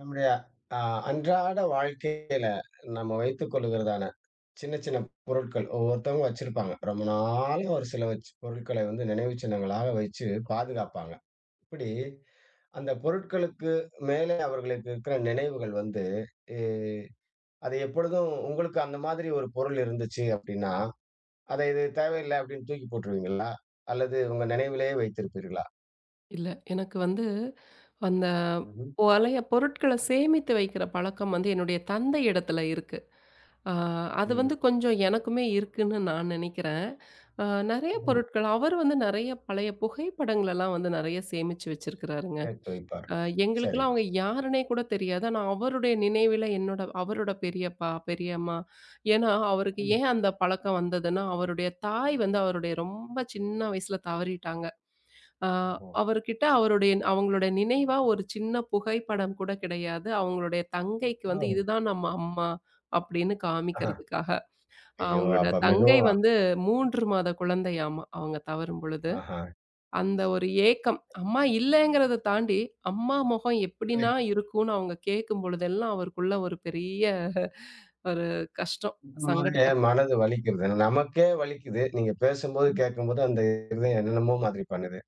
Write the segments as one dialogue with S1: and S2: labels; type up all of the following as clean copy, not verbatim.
S1: நம்முடைய அ அன்றாட வாழ்க்கை நம்ம வைத்துக் கொள்ளுகிறதான சின்ன சின்ன பொருட்கள் ஒவ்வொருத்தவங்க வச்சிருப்பாங்க. ரொம்ப நாளா ஒரு சில வச்சு பொருட்களை வந்து நினைவு சின்னங்களாக வைச்சு பாதுகாப்பாங்க. இப்படி அந்த பொருட்களுக்கு மேலே அவர்களுக்கு இருக்கிற நினைவுகள் வந்து, எ அது எப்பொழுதும் உங்களுக்கு அந்த மாதிரி ஒரு பொருள் இருந்துச்சு அப்படின்னா, அதை இது தேவையில்ல அப்படின்னு தூக்கி போட்டுருவீங்களா? அல்லது உங்க நினைவிலேயே வைத்திருப்பீர்களா?
S2: இல்ல. எனக்கு வந்து அந்த
S1: ம்ஹ்ம்.
S2: பழைய பொருட்கள சேமித்து வைக்கிற பழக்கம் வந்து என்னுடைய தந்தை இடத்துல இருக்கு. அ அது வந்து
S1: ம்.
S2: கொஞ்சம் எனக்குமே இருக்குன்னு நான் நெனைக்கிறேன். அ நெறைய
S1: ம்ஹ்ம்.
S2: பொருட்கள் அவர் வந்து நெறைய பழைய புகைப்படங்களெல்லாம் வந்து நெறைய சேமிச்சு வச்சிருக்கிறாருங்க.
S1: சேர்த்து வைப்பார்.
S2: அ
S1: சரி.
S2: எங்களுக்கெல்லாம் அவங்க யாருன்னே கூட தெரியாது. ஆனா அவருடைய நினைவில என்னோட அவரோட பெரியப்பா, பெரியம்மா ஏன்னா அவருக்கு
S1: ம்.
S2: ஏன் அந்த பழக்கம் வந்ததுன்னா, அவருடைய தாய் வந்து அவருடைய ரொம்ப சின்ன வயசுல தவறிட்டாங்க. ஆ
S1: ஓஹோ!
S2: அவர்கிட்ட அவங்களுடைய நினைவா ஒரு சின்ன புகைப்படம் கூட கிடையாது. அவங்களுடைய தங்கைக்கு
S1: ஆ.
S2: வந்து இதுதான் நம்ம அம்மா அப்படின்னு
S1: ஆஹ.
S2: காமிக்கிறதுக்காக.
S1: ஐயோ!
S2: அவங்களோட
S1: அப்ப
S2: தங்கை
S1: மிகவும்
S2: வந்து 3 மாத குழந்தையாமா அவங்க தவறும் பொழுது.
S1: ஆஹா.
S2: அந்த ஒரு ஏக்கம் அம்மா இல்லைங்கிறத தாண்டி, அம்மா முகம்
S1: இல்லை,
S2: எப்படின்னா இருக்கும்னு அவங்க கேட்கும் பொழுதெல்லாம் அவருக்குள்ள ஒரு பெரிய ஒரு கஷ்டம்.
S1: கேட்கும்போதே
S2: சங்கடத்த
S1: மனது வலிக்கிறது. நமக்கே வலிக்குது. நீங்க பேசும்போது, கேட்கும்போது அந்த இருதயம் என்னென்னமோ மாதிரி பண்ணுது.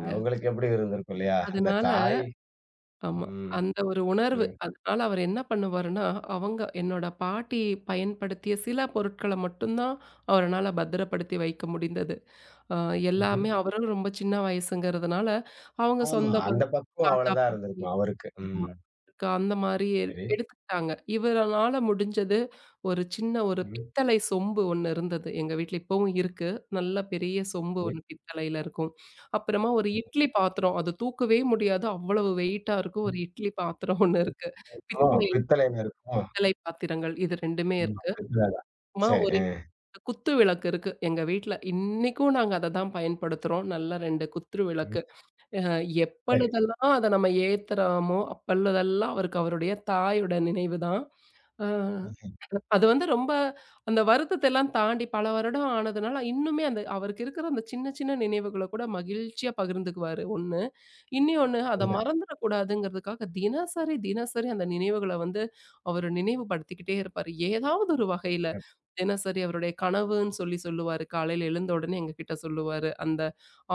S1: உங்களுக்கு எப்படி இருந்திருக்கும் இல்லையா? அந்த
S2: அதனால
S1: தாய்.
S2: ஆமா.
S1: ம்.
S2: அந்த ஒரு உணர்வு.
S1: சொல்லுங்க.
S2: அதனால அவர் என்ன பண்ணுவாருன்னா, அவங்க என்னோட பாட்டி பயன்படுத்திய சில பொருட்கள மட்டும் தான் அவருனால பத்திரப்படுத்தி வைக்க முடிந்தது. அ
S1: ம்ஹ்ம்.
S2: எல்லாமே அவரும் ரொம்ப சின்ன வயசுங்கிறதுனால, அவங்க
S1: ஆமா.
S2: சொந்த
S1: அந்த
S2: பந்தம்,
S1: பக்குவம்
S2: தாத்தா,
S1: அவ்வளதான்
S2: பாட்டி
S1: இருந்திருக்கும் அவருக்கு.
S2: ஆமா.
S1: ம்.
S2: க அந்த மாரி எ
S1: சரி.
S2: எடுத்துக்கிட்டாங்க. இவரனால முடிஞ்சது ஒரு சின்ன ஒரு
S1: ம்.
S2: பித்தளை சொம்பு ஒண்ணு இருந்தது. எங்க வீட்ல இப்பவும் இருக்கு. நல்ல பெரிய சொம்பு
S1: சரி.
S2: ஒண்ணு பித்தளையில இருக்கும். அப்புறமா ஒரு இட்லி பாத்திரம். அது தூக்கவே முடியாது. அவ்வளவு வெயிட்டா இருக்கும். ஒரு இட்லி பாத்திரம் ஒண்ணு இருக்கு.
S1: இருக்குமோ!
S2: பித்தளை
S1: பித்தளைல இருக்குமோ!
S2: பித்தளை பாத்திரங்கள் இது 2மே
S1: ஆமா.
S2: இருக்கு.
S1: பித்தள தான்.
S2: அப்புறமா
S1: சரி.
S2: ஒரு
S1: அ.
S2: குத்து விளக்கு இருக்கு எங்க வீட்ல. இன்னைக்கும் நாங்க அத தான் பயன்படுத்துறோம். நல்ல 2 குத்து
S1: ம்.
S2: விளக்கு. அ
S1: சரி.
S2: எப்பொழுதெல்லாம் அத நம்ம ஏத்துறோமோ, அப்பொழுதெல்லாம் அவருக்கு அவருடைய தாயோட நினைவு தான். அ அது வந்து ரொம்ப அந்த வருத்தத்த எல்லாம் தாண்டி பல வருடம் ஆனதுனால, இன்னுமே அந்த அவருக்கு இருக்கிற அந்த சின்ன சின்ன நினைவுகள கூட மகிழ்ச்சியா பகிர்ந்துக்குவாரு, ஒண்ணு. இன்னியொன்னு அத
S1: சரிதான்.
S2: மறந்துடக்கூடாதுங்கிறதுக்காக தினசரி, தினசரி அந்த நினைவுகள வந்து அவரு நினைவுபடுத்திக்கிட்டே இருப்பாரு. ஏதாவது ஒரு வகையில. தினசரி அவருடைய கனவுன்னு சொல்லி சொல்லுவாரு. காலையில எழுந்த உடனே எங்ககிட்ட சொல்லுவாரு. அந்த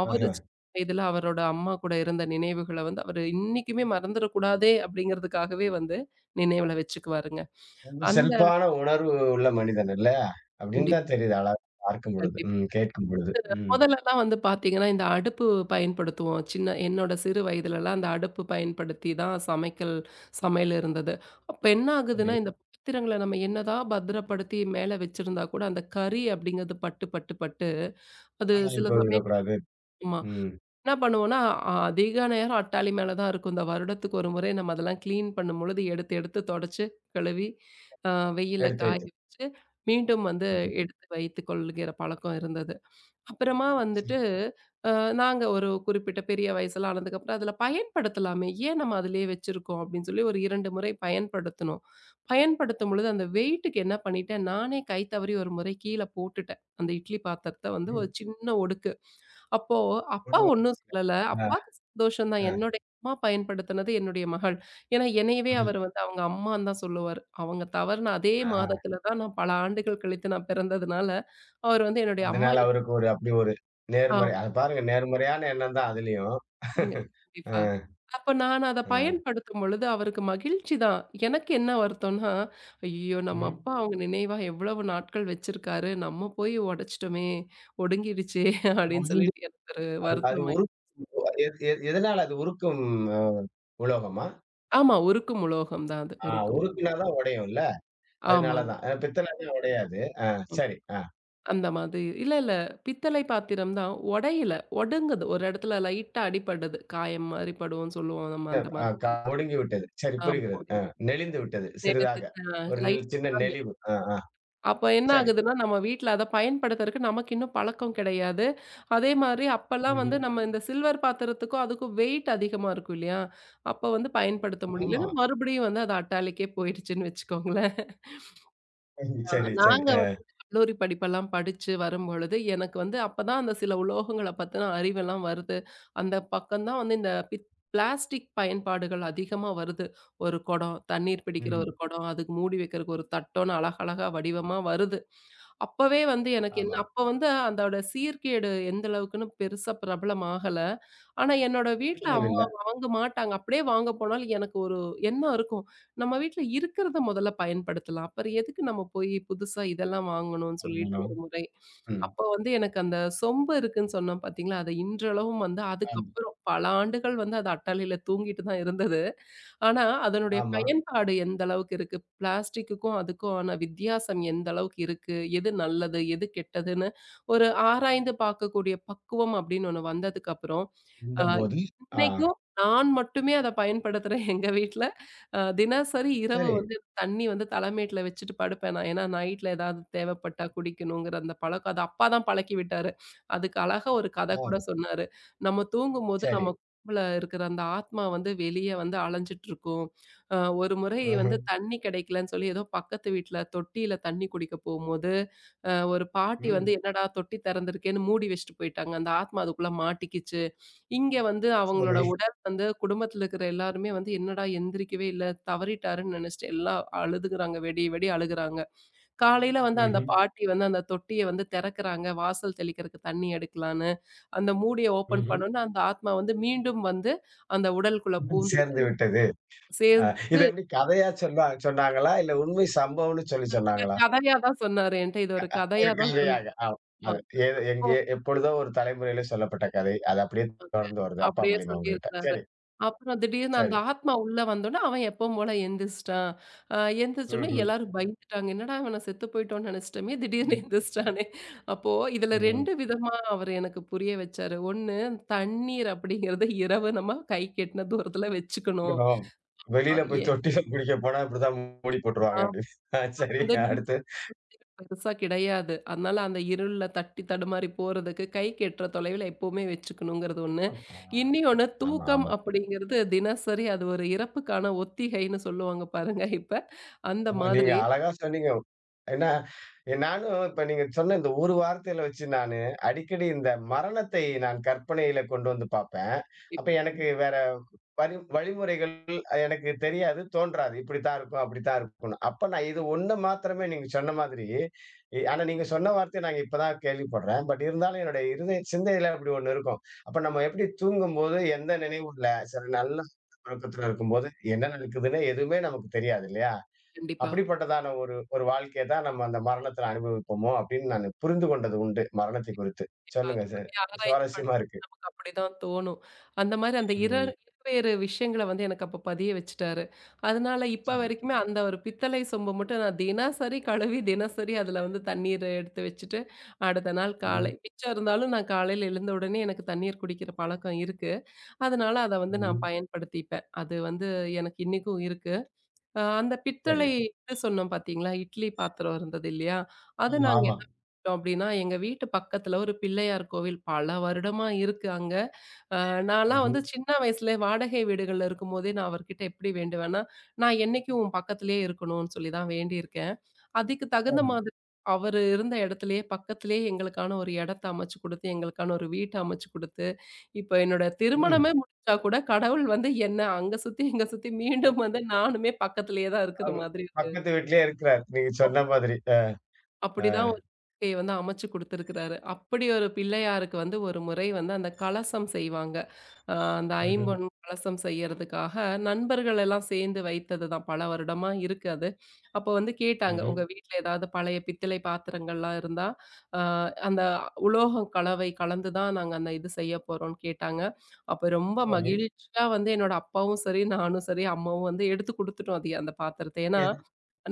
S2: அவரு
S1: ஆஹா.
S2: சின்ன வயதுல அவரோட அம்மா கூட இருந்த நினைவுகள வந்து அவரு இன்னைக்குமே மறந்துடக்கூடாதே! அப்படிங்கிறதுக்காகவே வந்து நினைவுல வச்சுக்குவாருங்க.
S1: ரொம்ப
S2: அந்த
S1: செல்பான உணர்வு உள்ள மனிதன் இல்லையா? அப்படின்னு
S2: கண்டிப்பா.
S1: தான் தெரியுது. அழகா பார்க்கும் பொழுது.
S2: கண்டிப்பா.
S1: ம். கேட்கும் பொழுது. ம்.
S2: மொதலெல்லாம் வந்து பார்த்தீங்கன்னா, இந்த அடுப்பு பயன்படுத்துவோம். சின்ன என்னோட சிறு வயதிலலாம் அந்த அடுப்பு பயன்படுத்தி தான் சமையல் இருந்தது. அப்ப என்ன
S1: சரி.
S2: ஆகுதுன்னா, இந்த பாத்திரங்கள நம்ம என்னதான் பத்திரப்படுத்தி மேல வச்சிருந்தா கூட, அந்த கரி அப்படிங்கிறது பட்டு, பட்டு, பட்டு அது
S1: ஆனா
S2: சில
S1: இப்போ
S2: சமயம்
S1: விடக்கூடாது.
S2: ஆமா.
S1: ம்.
S2: என்ன பண்ணுவோம்னா, அதிக நேரம் அட்டாளி மேல தான் இருக்கும். இந்த வருடத்துக்கு ஒரு முறை நம்ம அதெல்லாம் கிளீன் பண்ணும்பொழுது எடுத்து தொடச்சு, கழுவி, அ வெயில்ல
S1: எடுத்து
S2: காய
S1: வைத்து.
S2: வச்சு, மீண்டும் வந்து
S1: ம்ஹ்ம்.
S2: எடுத்து வைத்துக் கொள்கிற பழக்கம் இருந்தது. அப்புறமா
S1: சரி.
S2: வந்துட்டு அ நாங்க ஒரு குறிப்பிட்ட பெரிய வயசுல ஆனதுக்கப்புறம் அதில பயன்படுத்தலாமே, ஏன் நம்ம அதிலேயே வச்சிருக்கோம் அப்படின்னு சொல்லி ஒரு 2 முறை பயன்படுத்துனோம். பயன்படுத்தும் பொழுது அந்த வெயிட்டுக்கு என்ன பண்ணிட்டேன், நானே கை தவறி ஒரு முறை கீழ போட்டுட்டேன். அந்த இட்லி பாத்திரத்த வந்து ஒரு
S1: ம்.
S2: சின்ன ஒடுக்கு. அப்போ அப்பா ஒண்ணும் சொல்லல.
S1: ஆ,
S2: அப்பாவுக்கு சந்தோஷம் தான்.
S1: ஆ,
S2: என்னுடைய அம்மா பயன்படுத்தினது என்னுடைய மகள். ஏன்னா என்னையவே
S1: மகள்.
S2: அவர் வந்து அவங்க அம்மான்னு தான் சொல்லுவாரு. அவங்க தவறுன அதே
S1: ஆ.
S2: மாதத்தில தான் நான் பல ஆண்டுகள் கழித்து நான் பிறந்ததுனால, அவர் வந்து என்னுடைய அம்மா
S1: அதனால அவருக்கு ஒரு அப்படி ஒரு நேர்மறை,
S2: எனக்கு
S1: அத பாருங்க, நேர்மறையான எண்ணம் தான் அதுலயும்.
S2: அங்க கண்டிப்பா.
S1: ஆ,
S2: அப்ப நான் அத
S1: ஆ.
S2: பயன்படுத்தும் பொழுது அவருக்கு மகிழ்ச்சி தான். எனக்கு என்ன வருத்தம்னா, ஐயய்யோ! நம்ம
S1: ம்.
S2: அப்பா அவங்க நினைவா எவ்வளவு நாட்கள் வச்சிருக்காரு. நம்ம போய் உடைச்சிட்டோமே! ஒடுங்கிடுச்சே! அப்படின்னு
S1: முடிஞ்சு.
S2: சொல்லிட்டு எனக்கு ஒரு
S1: அது அது
S2: வருத்தமாய்
S1: உருக்கு. எ எ எதனால அது உருக்கும்? அ உலோகமா?
S2: ஆமா. உருக்கும் உலோகம் தான் அது.
S1: ஆ,
S2: உருக்கும்.
S1: உருக்குனா தான் உடையும்ல. அதனால
S2: ஆமாங்க.
S1: தான். அ, பித்தளன்னா உடையாது. ஆ
S2: ம்.
S1: சரி. ஆ.
S2: அந்த மாதிரி. இல்ல. பித்தளை பாத்திரம் தான். உடையல. ஒடுங்குது. ஒரு இடத்துல லைட்டா அடிபடுது. காயம் மாரி படும்னு சொல்லுவோம் நம்ம அந்த
S1: அ
S2: மாதிரி.
S1: ஒடுங்கி விட்டது. சரி,
S2: ஆமா.
S1: புரிகிறது. ஆ,
S2: ஒடுங்கி.
S1: நெளிந்து விட்டது சிறிதாக. ஒரு
S2: லைட்டா
S1: சின்ன நெளிவு. ஆ, ஆ.
S2: அப்ப என்ன
S1: சரி.
S2: ஆகுதுன்னா, நம்ம வீட்ல அத பயன்படுத்துறக்கு நமக்கு இன்னும் பழக்கம் கிடையாது. அதே மாரி அப்பலாம் வந்து
S1: ம்ஹ்ம்.
S2: நம்ம இந்த சில்வர் பாத்திரத்துக்கும், அதுக்கும் வெயிட் அதிகமா இருக்கும் இல்லையா? அப்ப வந்து பயன்படுத்த
S1: ஆமா.
S2: முடியலன்னு மறுபடியும் வந்து அது அட்டாலிக்கே போயிடுச்சுன்னு வச்சுக்கோங்களேன்.
S1: ம்.
S2: ஆ
S1: சரி, சரி.
S2: நாங்க
S1: அ.
S2: வந்து கல்லூரி படிப்பெல்லாம் படிச்சு வரும்பொழுது, எனக்கு வந்து அப்பதான் அந்த சில உலோகங்கள பத்தின அறிவெல்லாம் வருது. அந்த பக்கம் தான் வந்து இந்த பிளாஸ்டிக் பயன்பாடுகள் அதிகமா வருது. ஒரு குடம், தண்ணீர் பிடிக்கிற
S1: ம்ஹ்ம்.
S2: ஒரு குடம், அதுக்கு மூடி வைக்கிறதுக்கு ஒரு தட்டோன்னு அழகழகா வடிவமா வருது. அப்பவே வந்து எனக்கு என்ன
S1: ஆமா.
S2: அப்ப வந்து அதோட சீர்கேடு எந்த அளவுக்குன்னு பெருசா பிரபலம் ஆகல. ஆனா என்னோட வீட்ல
S1: புரிதல் இல்ல.
S2: அம்மா வாங்க மாட்டாங்க. அப்படியே வாங்க போனாலும் எனக்கு ஒரு எண்ணம் இருக்கும். நம்ம வீட்ல இருக்கிறத முதல்ல பயன்படுத்தலாம். அப்புறம் எதுக்கு நம்ம போய் புதுசா இதெல்லாம் வாங்கணும்னு சொல்லிட்டு
S1: ஆமாமா.
S2: ஒரு முறை.
S1: ம்.
S2: அப்போ வந்து எனக்கு அந்த சொம்பு இருக்குன்னு சொன்னேன் பார்த்தீங்களா, அது இன்றளவும் வந்து
S1: ஆமா.
S2: அதுக்கப்புறம் பல ஆண்டுகள் வந்து அது அட்டாளியில தூங்கிட்டு தான் இருந்தது. ஆனா, அதனுடைய
S1: ஆமா.
S2: பயன்பாடு எந்த அளவுக்கு இருக்கு? பிளாஸ்டிக்குக்கும் அதுக்கும் ஆன வித்தியாசம் எந்த அளவுக்கு இருக்கு? எது நல்லது? எது கெட்டதுன்னு ஒரு ஆராய்ந்து பார்க்கக்கூடிய பக்குவம் அப்படின்னு ஒண்ணு வந்ததுக்கப்புறம், அ
S1: இருந்தபோது. ஆ.
S2: இன்னைக்கும் நான் மட்டுமே அத பயன்படுத்துறேன் எங்க வீட்ல. தினசரி இரவு
S1: சரி.
S2: வந்து தண்ணி வந்து தலைமேட்ல வச்சுட்டு படுப்பேன் நான். ஏன்னா நைட்ல ஏதாவது தேவைப்பட்டா குடிக்கணுங்கிற அந்த பழக்கம். அது அப்பா தான் பழக்கி விட்டாரு. அதுக்கு அழகா ஒரு கதை
S1: ஆ.
S2: கூட சொன்னாரு. நம்ம தூங்கும்போது
S1: சரி.
S2: நமக்குள்ள இருக்கிற அந்த ஆத்மா வந்து வெளிய வந்து அலைஞ்சுட்டு இருக்கும். அ ஒரு முறை வந்து
S1: ம்ஹ்ம்.
S2: தண்ணி கிடைக்கலன்னு சொல்லி ஏதோ பக்கத்து வீட்ல தொட்டியில தண்ணி குடிக்க போகும்போது, ஒரு பாட்டி வந்து
S1: ம்.
S2: என்னடா தொட்டி திறந்திருக்கேன்னு மூடி வச்சுட்டு போயிட்டாங்க. அந்த ஆத்மா அதுக்குள்ள மாட்டிக்கிச்சு. இங்க வந்து அவங்களோட
S1: சரி.
S2: உடல் வந்து குடும்பத்துல இருக்கிற எல்லாருமே வந்து என்னடா எந்திரிக்கவே இல்ல, தவறிட்டாருன்னு நெனச்சுட்டு எல்லாம் அழுதுகிறாங்க. வெடி வெடி அழுகுறாங்க. காலையில வந்து அந்த
S1: ம்ஹ்ம்.
S2: பாட்டி வந்து அந்த தொட்டிய வந்து தெறக்குறாங்க. வாசல் தெளிக்கிறக்கு தண்ணி எடுக்கலான்னு. அந்த மூடிய ஓப்பன்
S1: ம்ஹ்ம்.
S2: பண்ணோனே அந்த ஆத்மா வந்து மீண்டும் வந்து அந்த உடலுக்குள்ள
S1: சேர்ந்து
S2: பூந்துருச்சு.
S1: விட்டது. அ,
S2: சேர்ந்து
S1: இது எப்படி, கதையா சொன்னா சொன்னாங்களா? இல்ல உண்மை சம்பவம்ன்னு சொல்லி சொன்னாங்களா?
S2: கதையா தான் சொன்னாரு என்ட்ட. இது ஒரு
S1: ஒரு
S2: கதையா தான் சொன்னாரு.
S1: கதையாக. ஆ. அது ஏதோ
S2: அப்போ
S1: எங்கேயோ எப்பொழுதோ ஒரு தலைமுறையில சொல்லப்பட்ட கதை. அது அப்படியே தொடர்ந்து வருது. அப்பா
S2: அப்படியே
S1: மூலியமா உங்ககிட்ட.
S2: சொல்லியிருக்கிறாரு.
S1: சரி,
S2: அப்புறம் திடீர்னு அந்த
S1: சரி.
S2: ஆத்மா உள்ள வந்தோனே, அவன் எப்பவும் போல எந்திரிச்சிட்டான். அ எந்திரிச்சோனே
S1: ம்ஹ்ம்.
S2: எல்லாரும் பயந்துட்டாங்க. என்னடா இவன செத்து போயிட்டோம்னு நெனைச்சிட்டோமே, திடீர்னு
S1: ம்.
S2: எந்திரிச்சிட்டானே. அப்போ இதுல
S1: ம்.
S2: 2 விதமா அவரு எனக்கு புரிய வச்சாரு. ஒண்ணு தண்ணீர் அப்படிங்கிறது இரவு நம்ம கை கெட்டின தூரத்துல வச்சுக்கணும்.
S1: ஆம்.
S2: அ
S1: வெளியில போய்
S2: ஏ
S1: தொட்டில குளிக்க போனா இப்படித்தான் மூடி போட்டுருவாங்க
S2: ஆஹ்
S1: அப்படின்னு. ஆ சரி.
S2: வந்து
S1: அடுத்து.
S2: பெருசா கிடையாது. அதனால அந்த இருள்ல தட்டி தடுமாறி போறதுக்கு கைக்கு எட்டுற தொலைவில எப்பவுமே வச்சுக்கணுங்கிறது ஒண்ணு.
S1: ஆமா,
S2: இன்னியொன்னு
S1: ஆமா,
S2: தூக்கம்
S1: ஆமா.
S2: அப்படிங்கிறது தினசரி அது ஒரு இறப்புக்கான ஒத்திகைன்னு சொல்லுவாங்க பாருங்க இப்ப. அந்த
S1: ஆமா, நீங்க
S2: மாதிரி.
S1: அழகா சொன்னீங்க. ஏன்னா, நானும் இப்ப நீங்க சொன்ன இந்த ஒரு வார்த்தையில வச்சு நானு அடிக்கடி இந்த மரணத்தை நான் கற்பனையில கொண்டு வந்து பார்ப்பேன். அப்ப எனக்கு வேற வழி, வழிமுறைகள் அது எனக்கு தெரியாது, தோன்றாது. இப்படித்தான் இருக்கும், அப்படித்தான் இருக்கும்ன்னு. அப்ப நான் இது ஒண்ணு மாத்திரமே நீங்க சொன்ன மாதிரி, ஆனா நீங்க சொன்ன வார்த்தைய நான் இப்ப தான் கேள்விப்படுறேன். பட் இருந்தாலும் என்னுடைய இருதய சிந்தையில அப்படி ஒண்ணு இருக்கும். அப்ப நம்ம எப்படி தூங்கும்போது எந்த நினைவும் இல்ல. சரி, நல்ல உறக்கத்துல இருக்கும்போது என்ன நடக்குதுன்னு எதுவுமே நமக்கு தெரியாது இல்லையா?
S2: கண்டிப்பா.
S1: அப்படிப்பட்டதான ஒரு ஒரு வாழ்க்கைய தான் நம்ம அந்த மரணத்துல அனுபவிப்போமோ அப்படின்னு நானு புரிந்து கொண்டது உண்டு, மரணத்தை குறித்து.
S2: கண்டிப்பா. அத
S1: சொல்லுங்க சார்.
S2: பத்தி ஆராய்ச்சி
S1: சுவாரஸ்யமா
S2: பண்ணும்போது
S1: இருக்கு.
S2: நமக்கு அப்படிதான் தோணும். அந்த மாரி அந்த
S1: ம்.
S2: இருவேறு விஷயங்கள வந்து எனக்கு அப்ப பதிய வச்சுட்டாரு. அதனால இப்ப
S1: சரி.
S2: வரைக்குமே அந்த ஒரு பித்தளை சொம்ப மட்டும் நான் தினசரி கழுவி, தினசரி அதுல வந்து தண்ணீர் எடுத்து வச்சுட்டு, அடுத்த நாள்
S1: ம்ஹ்ம்.
S2: காலை மிச்சம் இருந்தாலும் நான் காலையில எழுந்த உடனே எனக்கு தண்ணீர் குடிக்கிற பழக்கம் இருக்கு. அதனால அத வந்து நான்
S1: ம்ஹ்ம்.
S2: பயன்படுத்திப்பேன். அது வந்து எனக்கு இன்னைக்கும் இருக்கு. அந்த
S1: சரி.
S2: பித்தளை இது சொன்னோம் பார்த்தீங்களா? இட்லி பாத்திரம் இருந்தது இல்லையா? அத
S1: ஆமா,
S2: நாங்க
S1: ஆமா.
S2: என்ன பண்ணிட்டோம் அப்டின்னா, எங்க வீட்டு பக்கத்துல ஒரு பிள்ளையார் கோவில் பல வருடமா இருக்கு அங்க. அ நான்லாம்
S1: ம்ஹ்ம்.
S2: வந்து சின்ன வயசுல வாடகை வீடுகள்ல இருக்கும்போதே நான் அவர்கிட்ட எப்படி வேண்டுவேன்னா, நான் என்னைக்கும் உன் பக்கத்திலேயே இருக்கணும்னு சொல்லி தான் வேண்டியிருக்கேன். அதுக்கு தகுந்த
S1: சரி.
S2: மாதிரி அவரு இருந்த இடத்திலேயே பக்கத்திலேயே எங்களுக்கான ஒரு இடத்த அமைச்சு குடுத்து, எங்களுக்கான ஒரு வீட்ட அமைச்சு குடுத்து, இப்ப என்னோட திருமணமே
S1: ம்.
S2: வச்சா கூட கடவுள் வந்து என்ன அங்க சுத்தி, இங்க சுத்தி
S1: ஒ,
S2: மீண்டும் வந்து நானுமே பக்கத்திலேயே தான் இருக்கிற
S1: அது
S2: மாதிரி இருக்கு.
S1: பக்கத்து வீட்லயே இருக்கிறார். நீங்க சொன்ன மாதிரி. அ, அ.
S2: அப்படிதான் ஒரு வாழ்க்கைய வந்து அமைச்சு குடுத்திருக்கிறாரு. அப்படி ஒரு பிள்ளையாருக்கு வந்து ஒரு முறை வந்து அந்த கலசம் செய்வாங்க. அ அந்த
S1: ம்ஹ்ம்.
S2: ஐம்பொன் கலசம் செய்யறதுக்காக நண்பர்கள் எல்லாம் சேர்ந்து வைத்ததுதான். பல வருடமா இருக்கு அது. அப்போ வந்து கேட்டாங்க,
S1: ம்ஹ்ம்.
S2: "உங்க வீட்ல ஏதாவது பழைய பித்தளை பாத்திரங்கள்லாம் இருந்தா, அ அந்த உலோகம் கலவை கலந்து தான் நாங்க அந்த இது செய்ய போறோம்ன்னு" கேட்டாங்க. அப்ப ரொம்ப
S1: சரி.
S2: மகிழ்ச்சியா வந்து என்னோட அப்பாவும் சரி, நானும் சரி, அம்மாவும் வந்து எடுத்து குடுத்துட்டோம் அது அந்த பாத்திரத்த. ஏன்னா
S1: எது.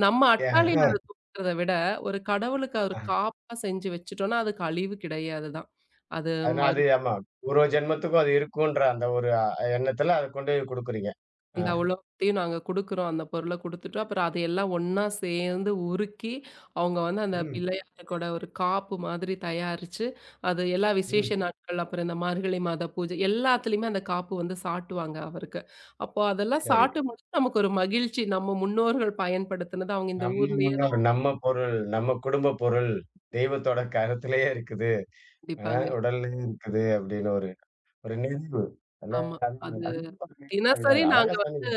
S2: நம்ம
S1: அ,
S2: அட்டாளியில அத
S1: அ,
S2: தூக்கிறத விட, ஒரு கடவுளுக்கு ஒரு
S1: அ.
S2: காப்பா செஞ்சு வச்சுட்டோம்னா, அதுக்கு அழிவு கிடையாது தான். அது
S1: அதனால
S2: மறு
S1: அது ஆமா. ஒரு ஒரு ஜென்மத்துக்கும் அது இருக்குன்ற அந்த ஒரு எண்ணத்துல அத கொண்டு போய் குடுக்குறீங்க. ஆ.
S2: அந்த உலோகத்தையும் நாங்க குடுக்குறோம். அந்த பொருள குடுத்துட்டோம். அப்புறம் அது எல்லாம் ஒண்ணா சேர்ந்து உருக்கி, அவங்க வந்து அந்த
S1: ம்.
S2: பிள்ளையாருக்கோட ஒரு காப்பு மாதிரி தயாரிச்சு, அது எல்லா விசேஷ
S1: ம்.
S2: நாட்கள், அப்புறம் இந்த மார்கழி மாத பூஜை எல்லாத்துலயுமே அந்த காப்பு வந்து சாட்டுவாங்க அவருக்கு. அப்போ அதெல்லாம்
S1: சரி.
S2: சாட்டும்போது நமக்கு ஒரு மகிழ்ச்சி. நம்ம முன்னோர்கள் பயன்படுத்தினது அவங்க இந்த
S1: நம்ம
S2: ஊர்லயே
S1: முன்னோர்,
S2: தான்
S1: நம்ம பொருள், நம்ம குடும்ப பொருள், தெய்வத்தோட கரத்திலேயே இருக்குது. அ,
S2: பிடிப்பாங்க.
S1: உடல்லயே இருக்குது அப்படின்னு ஒரு ஒரு நிறைவு.
S2: ஆமா. அது தினசரி
S1: அழகா
S2: நாங்க
S1: சொன்னீங்க.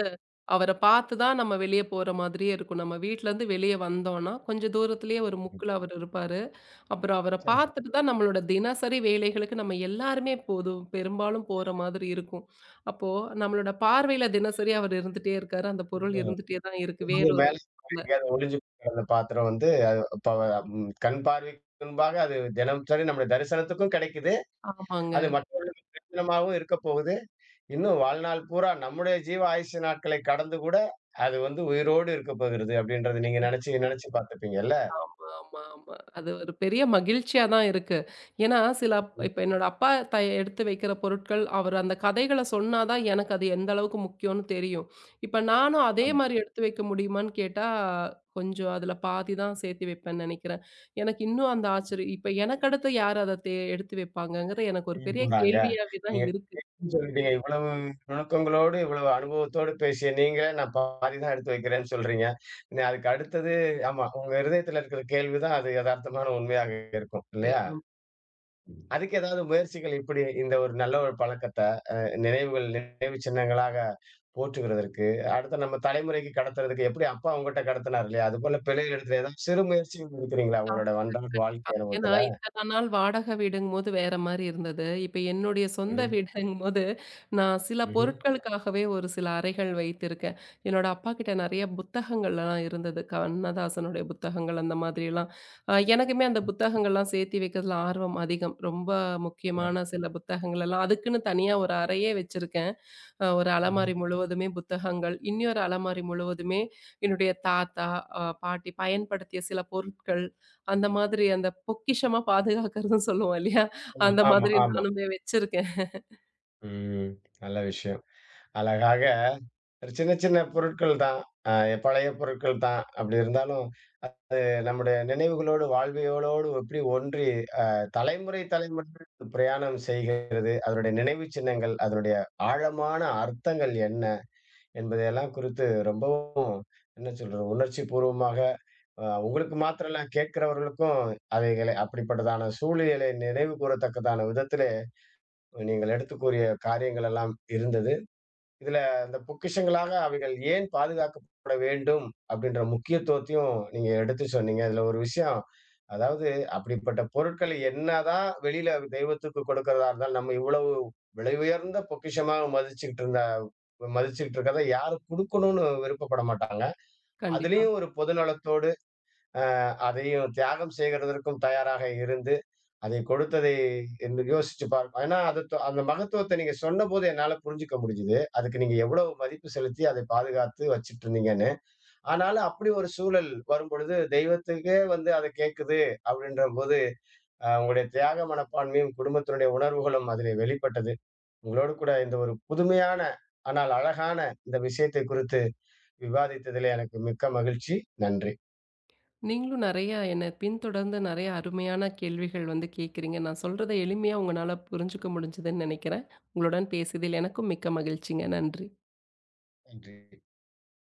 S2: அவர பார்த்து தான் நம்ம வெளிய போற மாதிரியே இருக்கும். நம்ம வீட்லருந்து வெளிய வந்தோம்னா, கொஞ்சம் தூரத்திலேயே ஒரு முக்குல அவரு இருப்பாரு. அப்புறம் அவர
S1: சரி.
S2: பார்த்துட்டு தான் நம்மளோட தினசரி வேலைகளுக்கு நம்ம எல்லாருமே போதும் பெரும்பாலும் போற மாதிரி இருக்கும். அப்போ நம்மளோட பார்வையில தினசரி அவர் இருந்துட்டே இருக்காரு. அந்த பொருள் இருந்துட்டே தான் இருக்கு.
S1: வந்து
S2: வேற ஒரு
S1: மேல
S2: இடத்துல.
S1: எங்கேயாவது ஒளிஞ்சு போய் அந்த பாத்திரம் வந்து அப்ப, ம், கண் பார்வைக்கு முன்பாக அது தினம்சரி நம்முடைய தரிசனத்துக்கும் கிடைக்குது.
S2: ஆமாங்க.
S1: அது மற்றவர்களுக்கு தரிசனமாகவும் இருக்கப் போகுது. இன்னும் வாழ்நாள் பூரா நம்முடைய ஜீவ ஆயுசு நாட்களை கடந்து கூட அது வந்து உயிரோடு இருக்கப் போகிறது அப்படின்றத நீங்க நினைச்சு நினைச்சு பார்த்திருப்பீங்கல்ல.
S2: ஆமா, ஆமா, ஆமா. அது ஒரு பெரிய மகிழ்ச்சியா தான் இருக்கு. ஏன்னா, சில இப்ப என்னோட அப்பா எடுத்து வைக்கிற பொருட்கள், அவர் அந்த கதைகள சொன்னா தான் எனக்கு அது எந்த அளவுக்கு முக்கியம்னு தெரியும். இப்ப நானும் அதே மாரி எடுத்து வைக்க முடியுமான்னு கேட்டா, கொஞ்சம் அதுல பாதி தான் சேர்த்து வைப்பேன்னு நெனைக்கிறேன். எனக்கு இன்னும் அந்த ஆச்சரியம் இப்ப எனக்கு அடுத்து யார் அத எடுத்து வைப்பாங்கங்கிறது எனக்கு ஒரு பெரிய
S1: போறாங்க.
S2: கேள்வியாவே தான்
S1: நீங்க சொல்லிட்டீங்க. இவ்வளவு நுணுக்கங்களோடு, இவ்வளவு அனுபவத்தோடு பேசிய நீங்க, நான் பாதி தான் எடுத்து வைக்கிறேன்னு சொல்றீங்க. அதுக்கு அடுத்தது. ஆமா, உங்க இருதயத்தில இருக்கிற கேள்வி தான் அது எதார்த்தமான உண்மையாக இருக்கும். இல்லையா?
S2: இருக்குங்க.
S1: அதுக்கு ஏதாவது முயற்சிகள், இப்படி இந்த ஒரு நல்ல ஒரு பழக்கத்த, அ நினைவுகள், நினைவு சின்னங்களாக போற்றுகிறதற்கு, அடுத்து நம்ம தலைமுறைக்கு கடத்துறதுக்கு எப்படி அப்பா உங்கட்ட கடத்துனார் இல்லையா? அதுபோல பிழை எடுத்து ஏதாவது சிறு முயற்சிகள் எடுக்கிறீங்களா? உங்களோட அன்றாட
S2: கண்டிப்பா.
S1: வாழ்க்கை
S2: ஏன்னா,
S1: அனுபவத்துல?
S2: இத்தன நாள் வாடகை வீடுங்கும்போது வேற மாரி இருந்தது. இப்ப என்னுடைய சொந்த
S1: ம்ஹ்ம்.
S2: வீடுங்கும்போது, நான் சில
S1: ம்ஹ்ம்.
S2: பொருட்களுக்காகவே ஒரு சில அறைகள் வைத்திருக்கேன். என்னோட அப்பாகிட்ட நெறைய புத்தகங்கள்லாம் இருந்தது. கண்ணதாசனுடைய புத்தகங்கள் அந்த மாதிரியெல்லாம். எனக்குமே அந்த புத்தகங்கள்லாம் சேர்த்தி வைக்கிறதுல ஆர்வம் அதிகம். ரொம்ப முக்கியமான
S1: சிறப்பு.
S2: சில புத்தகங்கள் எல்லாம் அதுக்குன்னு தனியா ஒரு அறையே வச்சிருக்கேன். ஒரு அலமாரி முழுவதுமே புத்தகங்கள், இன்னொரு அலமாரி முழுவதுமே என்னுடைய தாத்தா, பாட்டி பயன்படுத்திய சில பொருட்கள், அந்த மாதிரி அந்த பொக்கிஷமா பாதுகாக்கிறதுன்னு சொல்லுவோம் இல்லையா? அந்த
S1: ஆமா, ஆமா.
S2: மாதிரி
S1: ஆமா.
S2: நானுமே வச்சிருக்கேன்.
S1: ம். நல்ல விஷயம். அழகாக ஒரு சின்ன சின்ன பொருட்கள் தான். அ, பழைய பொருட்கள் தான். அப்படி இருந்தாலும் நம்முடைய நினைவுகளோடு, வாழ்வியலோடு எப்படி ஒன்றி, அ தலைமுறை தலைமுறை பிரயாணம் செய்கிறது. அதனுடைய நினைவுச் சின்னங்கள், அதனுடைய ஆழமான அர்த்தங்கள் என்ன என்பதையெல்லாம் குறித்து ரொம்பவும், என்ன சொல்றது, உணர்ச்சி பூர்வமாக உங்களுக்கு மாத்திரம் இல்ல கேட்கிறவர்களுக்கும் அவைகளை அப்படிப்பட்டதான சூழ்நிலை நினைவு கூறத்தக்கதான விதத்திலே நீங்கள் எடுத்துக் கூறிய காரியங்கள் எல்லாம் இருந்தது. இதுல அந்த பொக்கிஷங்களாக அவைகள் ஏன் பாதுகாக்கப்பட வேண்டும் அப்படின்ற முக்கியத்துவத்தையும் நீங்க எடுத்து சொன்னீங்க. இதுல ஒரு விஷயம், அதாவது அப்படிப்பட்ட பொருட்கள் என்னதான் வெளியில தெய்வத்துக்கு கொடுக்கிறதா இருந்தாலும், நம்ம இவ்வளவு விலை உயர்ந்த பொக்கிஷமா மதிச்சுக்கிட்டு இருக்கிறத யாரும் குடுக்கணும்னு விருப்பப்பட மாட்டாங்க.
S2: கண்டிப்பா.
S1: அதிலயும் ஒரு பொதுநலத்தோடு அதையும் தியாகம் செய்கிறதற்கும் தயாராக இருந்து அதை கொடுத்ததை என்று யோசிச்சு பார்க்க, ஏன்னா அது அந்த மகத்துவத்த நீங்க சொன்னபோது என்னால புரிஞ்சுக்க முடிஞ்சுது. அதுக்கு நீங்க எவ்வளவு மதிப்பு செலுத்தி அதை பாதுகாத்து வச்சுட்டுருந்தீங்கன்னு. ஆனாலும் அப்படி ஒரு சூழல் வரும்பொழுது, தெய்வத்துக்கே வந்து அத கேட்குது அப்படின்றபோது, உங்களுடைய தியாக மனப்பான்மையும், குடும்பத்தினுடைய உணர்வுகளும் அதிலே வெளிப்பட்டது. உங்களோடு கூட இந்த ஒரு புதுமையான, ஆனால் அழகான இந்த விஷயத்தை குறித்து விவாதித்ததிலே எனக்கு மிக்க மகிழ்ச்சி. நன்றி.
S2: நீங்களும் நெறைய என்ன பின்தொடர்ந்து நெறைய அருமையான கேள்விகள் வந்து கேட்கிறீங்க. நான் சொல்றத எளிமையா உங்கனால புரிஞ்சுக்க முடிஞ்சதுன்னு நெனைக்கிறேன். உங்களுடன் பேசியதில் எனக்கும் மிக்க மகிழ்ச்சிங்க. நன்றி.
S1: நன்றி.